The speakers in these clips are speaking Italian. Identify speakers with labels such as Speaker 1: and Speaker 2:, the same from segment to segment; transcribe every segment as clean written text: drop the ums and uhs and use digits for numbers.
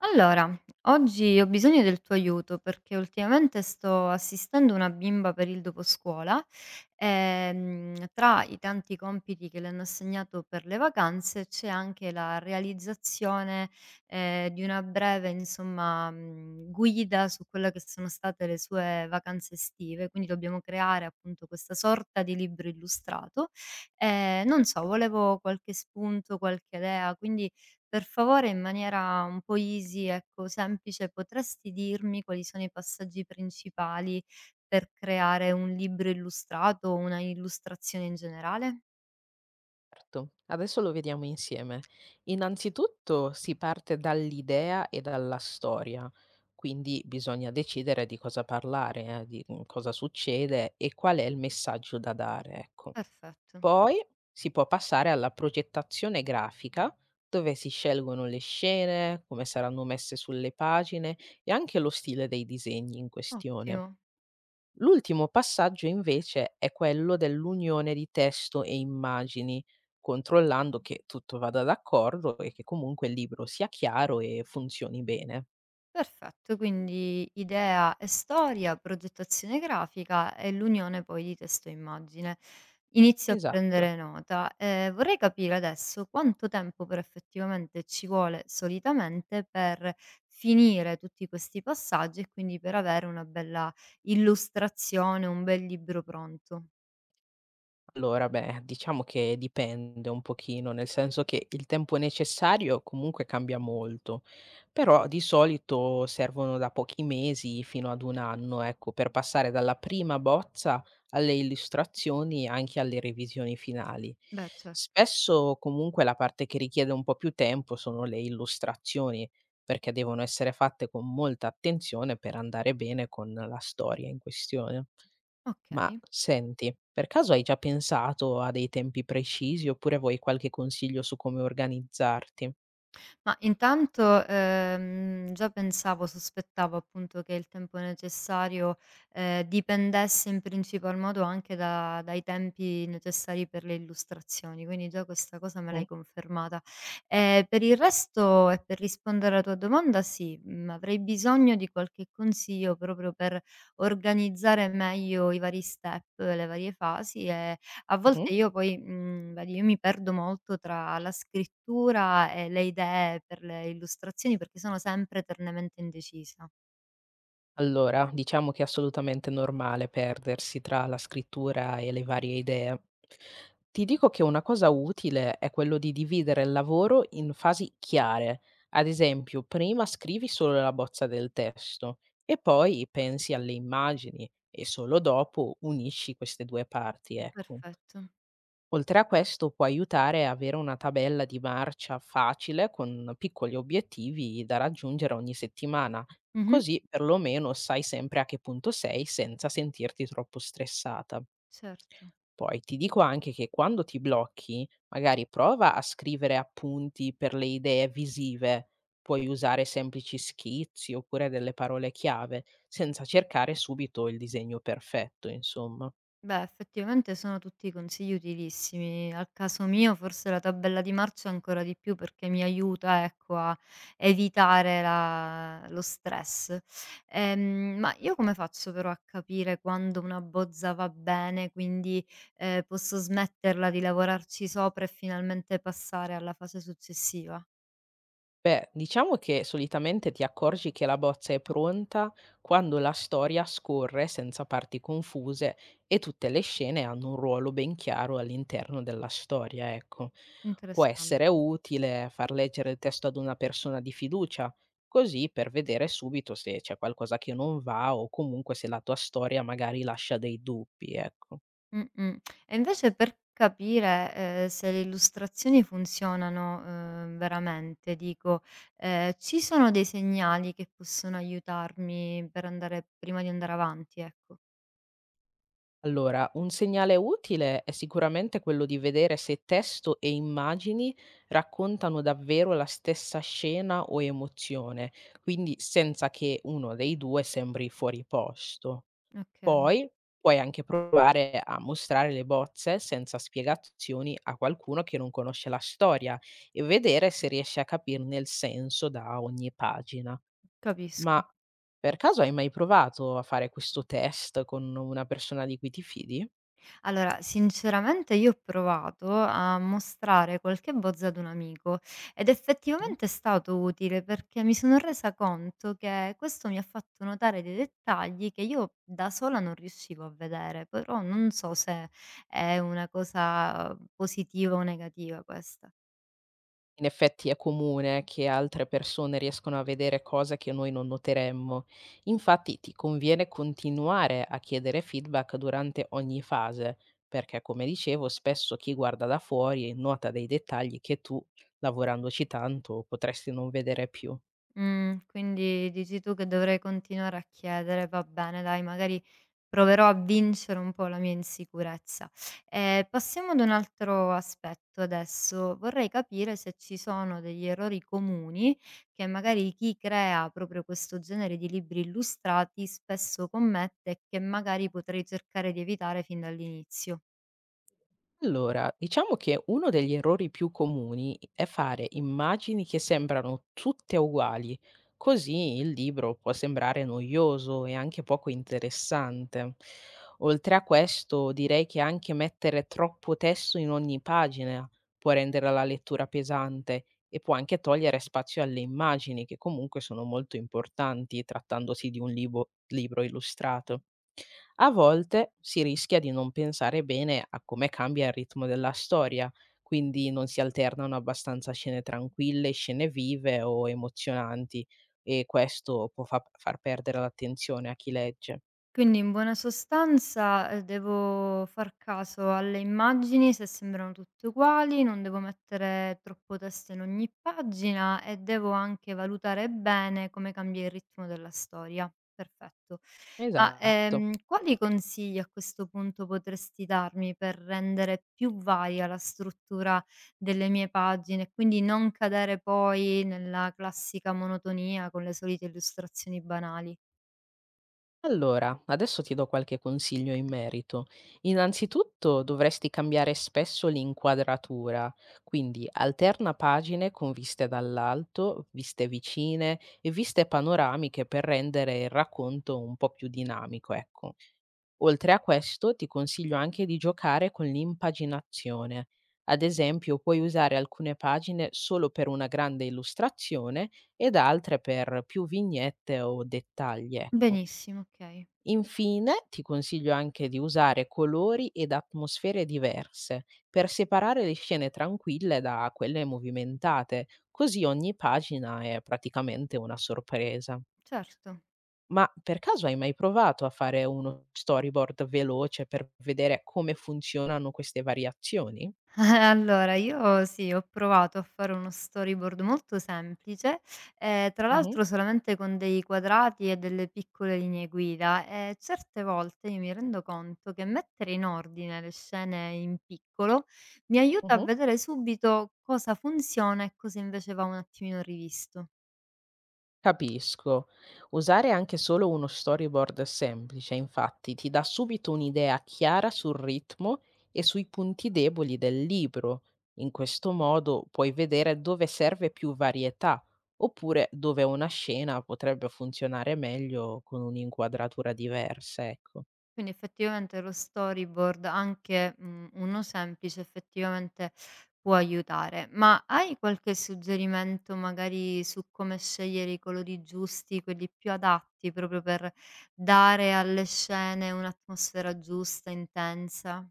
Speaker 1: Allora, oggi ho bisogno del tuo aiuto perché ultimamente sto assistendo una bimba per il doposcuola e tra i tanti compiti che le hanno assegnato per le vacanze c'è anche la realizzazione di una breve, insomma, guida su quelle che sono state le sue vacanze estive, quindi dobbiamo creare appunto questa sorta di libro illustrato. Non so, volevo qualche spunto, qualche idea, quindi per favore, in maniera un po' easy, ecco, semplice, potresti dirmi quali sono i passaggi principali per creare un libro illustrato o una illustrazione in generale?
Speaker 2: Certo, adesso lo vediamo insieme. Innanzitutto si parte dall'idea e dalla storia, quindi bisogna decidere di cosa parlare, cosa succede e qual è il messaggio da dare, ecco.
Speaker 1: Perfetto.
Speaker 2: Poi si può passare alla progettazione grafica, dove si scelgono le scene, come saranno messe sulle pagine e anche lo stile dei disegni in questione.
Speaker 1: Ottimo.
Speaker 2: L'ultimo passaggio invece è quello dell'unione di testo e immagini, controllando che tutto vada d'accordo e che comunque il libro sia chiaro e funzioni bene.
Speaker 1: Perfetto, quindi idea e storia, progettazione grafica e l'unione poi di testo e immagine. Inizio a
Speaker 2: Esatto.
Speaker 1: prendere nota. Vorrei capire adesso quanto tempo però effettivamente ci vuole solitamente per finire tutti questi passaggi e quindi per avere una bella illustrazione, un bel libro pronto.
Speaker 2: Allora, beh, diciamo che dipende un pochino, nel senso che il tempo necessario comunque cambia molto, però di solito servono da pochi mesi fino ad un anno, ecco, per passare dalla prima bozza alle illustrazioni anche alle revisioni finali.
Speaker 1: Beh, certo.
Speaker 2: Spesso comunque la parte che richiede un po' più tempo sono le illustrazioni, perché devono essere fatte con molta attenzione per andare bene con la storia in questione.
Speaker 1: Ok.
Speaker 2: Ma senti, per caso hai già pensato a dei tempi precisi oppure vuoi qualche consiglio su come organizzarti?
Speaker 1: Ma intanto, già pensavo, sospettavo appunto che il tempo necessario, dipendesse in principal modo anche da dai tempi necessari per le illustrazioni, quindi già questa cosa me l'hai
Speaker 2: Mh,
Speaker 1: confermata. Per il resto e per rispondere alla tua domanda sì, mhmm, avrei bisogno di qualche consiglio proprio per organizzare meglio i vari step, le varie fasi e a
Speaker 2: mh-mh.
Speaker 1: volte io poi, mhmm, vedi, io mi perdo molto tra la scrittura e le idee per le illustrazioni, perché sono sempre eternamente indecisa.
Speaker 2: Allora, diciamo che è assolutamente normale perdersi tra la scrittura e le varie idee. Ti dico che una cosa utile è quello di dividere il lavoro in fasi chiare. Ad esempio, prima scrivi solo la bozza del testo e poi pensi alle immagini e solo dopo unisci queste 2 parti, ecco.
Speaker 1: Perfetto.
Speaker 2: Oltre a questo può aiutare a avere una tabella di marcia facile con piccoli obiettivi da raggiungere ogni settimana,
Speaker 1: Mh-mh.
Speaker 2: così perlomeno sai sempre a che punto sei senza sentirti troppo stressata.
Speaker 1: Certo.
Speaker 2: Poi ti dico anche che quando ti blocchi, magari prova a scrivere appunti per le idee visive, puoi usare semplici schizzi oppure delle parole chiave, senza cercare subito il disegno perfetto, insomma.
Speaker 1: Beh, effettivamente sono tutti consigli utilissimi. Al caso mio, forse la tabella di marcia ancora di più perché mi aiuta, ecco, a evitare la lo stress. Ma io come faccio però a capire quando una bozza va bene, quindi, posso smetterla di lavorarci sopra e finalmente passare alla fase successiva?
Speaker 2: Beh, diciamo che solitamente ti accorgi che la bozza è pronta quando la storia scorre senza parti confuse e tutte le scene hanno un ruolo ben chiaro all'interno della storia, ecco. Può
Speaker 1: Interessante.
Speaker 2: essere utile far leggere il testo ad una persona di fiducia, così per vedere subito se c'è qualcosa che non va o comunque se la tua storia magari lascia dei dubbi, ecco.
Speaker 1: Mh-mh. E invece per capire, se le illustrazioni funzionano, veramente dico, ci sono dei segnali che possono aiutarmi per andare prima di andare avanti, ecco.
Speaker 2: Allora, un segnale utile è sicuramente quello di vedere se testo e immagini raccontano davvero la stessa scena o emozione, quindi senza che uno dei due sembri fuori posto.
Speaker 1: Okay,
Speaker 2: Poi puoi anche provare a mostrare le bozze senza spiegazioni a qualcuno che non conosce la storia e vedere se riesce a capirne il senso da ogni pagina.
Speaker 1: capisco.
Speaker 2: Ma per caso hai mai provato a fare questo test con una persona di cui ti fidi?
Speaker 1: Allora, sinceramente io ho provato a mostrare qualche bozza ad un amico ed
Speaker 2: Mh.
Speaker 1: effettivamente è stato utile perché mi sono resa conto che questo mi ha fatto notare dei dettagli che io da sola non riuscivo a vedere, però non so se è una cosa positiva o negativa questa.
Speaker 2: In effetti è comune che altre persone riescono a vedere cose che noi non noteremmo. Infatti ti conviene continuare a chiedere feedback durante ogni fase, perché come dicevo spesso chi guarda da fuori nota dei dettagli che tu, lavorandoci tanto, potresti non vedere più.
Speaker 1: Mhmm, quindi dici tu che dovrei continuare a chiedere. Va bene dai, magari proverò a vincere un po' la mia insicurezza. Passiamo ad un altro aspetto adesso. Vorrei capire se ci sono degli errori comuni che magari chi crea proprio questo genere di libri illustrati spesso commette e che magari potrei cercare di evitare fin dall'inizio.
Speaker 2: Allora, diciamo che uno degli errori più comuni è fare immagini che sembrano tutte uguali, così il libro può sembrare noioso e anche poco interessante. Oltre a questo, direi che anche mettere troppo testo in ogni pagina può rendere la lettura pesante e può anche togliere spazio alle immagini, che comunque sono molto importanti trattandosi di un libro illustrato. A volte si rischia di non pensare bene a come cambia il ritmo della storia, quindi non si alternano abbastanza scene tranquille, scene vive o emozionanti e questo può far perdere l'attenzione a chi legge.
Speaker 1: Quindi in buona sostanza, devo far caso alle immagini, se sembrano tutte uguali, non devo mettere troppo testo in ogni pagina e devo anche valutare bene come cambia il ritmo della storia. Perfetto. Ma,
Speaker 2: Esatto.
Speaker 1: quali consigli a questo punto potresti darmi per rendere più varia la struttura delle mie pagine e quindi non cadere poi nella classica monotonia con le solite illustrazioni banali?
Speaker 2: Allora, adesso ti do qualche consiglio in merito. Innanzitutto dovresti cambiare spesso l'inquadratura, quindi alterna pagine con viste dall'alto, viste vicine e viste panoramiche per rendere il racconto un po' più dinamico, ecco. Oltre a questo, ti consiglio anche di giocare con l'impaginazione. Ad esempio, puoi usare alcune pagine solo per una grande illustrazione ed altre per più vignette o dettagli, ecco.
Speaker 1: Benissimo, okay.
Speaker 2: Infine, ti consiglio anche di usare colori ed atmosfere diverse per separare le scene tranquille da quelle movimentate, così ogni pagina è praticamente una sorpresa.
Speaker 1: Certo.
Speaker 2: Ma per caso hai mai provato a fare uno storyboard veloce per vedere come funzionano queste variazioni?
Speaker 1: Allora io sì, ho provato a fare uno storyboard molto semplice, tra
Speaker 2: Mh-mh,
Speaker 1: l'altro solamente con dei quadrati e delle piccole linee guida, e certe volte io mi rendo conto che mettere in ordine le scene in piccolo mi aiuta a
Speaker 2: mh-mh.
Speaker 1: vedere subito cosa funziona e cosa invece va un attimino rivisto.
Speaker 2: Capisco. Usare anche solo uno storyboard semplice, infatti, ti dà subito un'idea chiara sul ritmo e sui punti deboli del libro. In questo modo puoi vedere dove serve più varietà, oppure dove una scena potrebbe funzionare meglio con un'inquadratura diversa, ecco.
Speaker 1: Quindi effettivamente lo storyboard, anche, mhmm, uno semplice, effettivamente può aiutare. Ma hai qualche suggerimento magari su come scegliere i colori giusti, quelli più adatti, proprio per dare alle scene un'atmosfera giusta, intensa?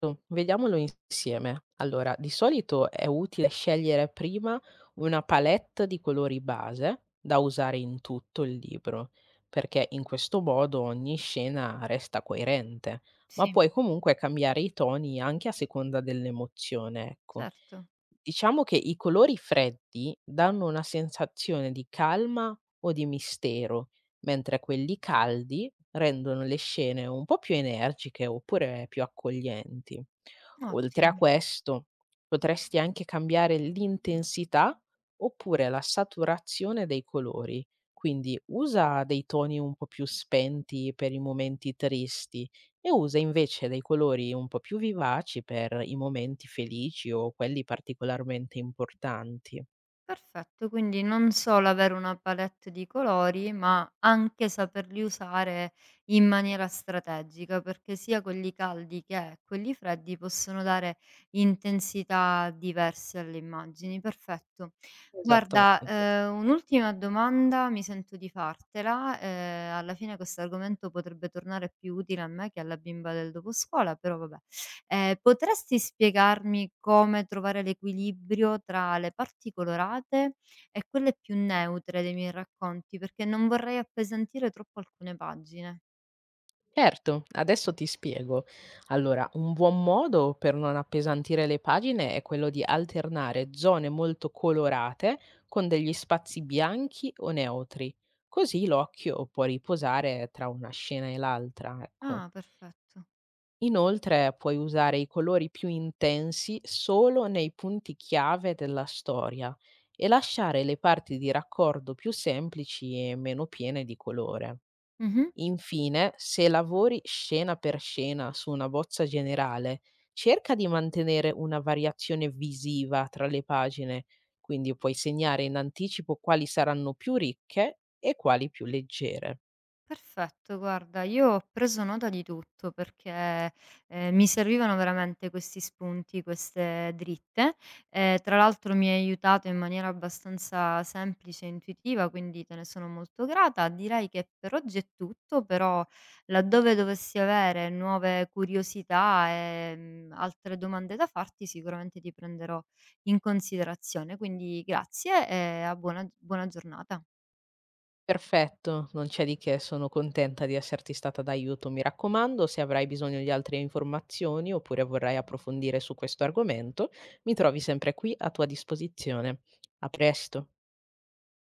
Speaker 2: Esatto, vediamolo insieme. Allora, di solito è utile scegliere prima una palette di colori base da usare in tutto il libro, perché in questo modo ogni scena resta coerente, ma
Speaker 1: Sì,
Speaker 2: puoi comunque cambiare i toni anche a seconda dell'emozione, ecco.
Speaker 1: certo,
Speaker 2: Diciamo che i colori freddi danno una sensazione di calma o di mistero, mentre quelli caldi rendono le scene un po' più energiche oppure più accoglienti. Oltre a
Speaker 1: ottimo.
Speaker 2: questo, potresti anche cambiare l'intensità oppure la saturazione dei colori, quindi usa dei toni un po' più spenti per i momenti tristi e usa invece dei colori un po' più vivaci per i momenti felici o quelli particolarmente importanti.
Speaker 1: Perfetto, quindi non solo avere una palette di colori, ma anche saperli usare in maniera strategica, perché sia quelli caldi che quelli freddi possono dare intensità diverse alle immagini. Perfetto. Guarda,
Speaker 2: Esattamente.
Speaker 1: un'ultima domanda mi sento di fartela. Alla fine questo argomento potrebbe tornare più utile a me che alla bimba del doposcuola, però vabbè. Potresti spiegarmi come trovare l'equilibrio tra le parti colorate e quelle più neutre dei miei racconti? Perché non vorrei appesantire troppo alcune pagine.
Speaker 2: Certo, adesso ti spiego. Allora, un buon modo per non appesantire le pagine è quello di alternare zone molto colorate con degli spazi bianchi o neutri, così l'occhio può riposare tra una scena e l'altra, ecco.
Speaker 1: Ah, perfetto.
Speaker 2: Inoltre puoi usare i colori più intensi solo nei punti chiave della storia e lasciare le parti di raccordo più semplici e meno piene di colore.
Speaker 1: Mh-mh.
Speaker 2: Infine, se lavori scena per scena su una bozza generale, cerca di mantenere una variazione visiva tra le pagine, quindi puoi segnare in anticipo quali saranno più ricche e quali più leggere.
Speaker 1: Perfetto, guarda, io ho preso nota di tutto perché, mi servivano veramente questi spunti, queste dritte. Tra l'altro mi hai aiutato in maniera abbastanza semplice e intuitiva, quindi te ne sono molto grata. Direi che per oggi è tutto, però laddove dovessi avere nuove curiosità, altre domande da farti, sicuramente ti prenderò in considerazione. Quindi grazie e a buona giornata.
Speaker 2: Perfetto, non c'è di che, sono contenta di esserti stata d'aiuto. Mi raccomando, se avrai bisogno di altre informazioni oppure vorrai approfondire su questo argomento, mi trovi sempre qui a tua disposizione. A presto.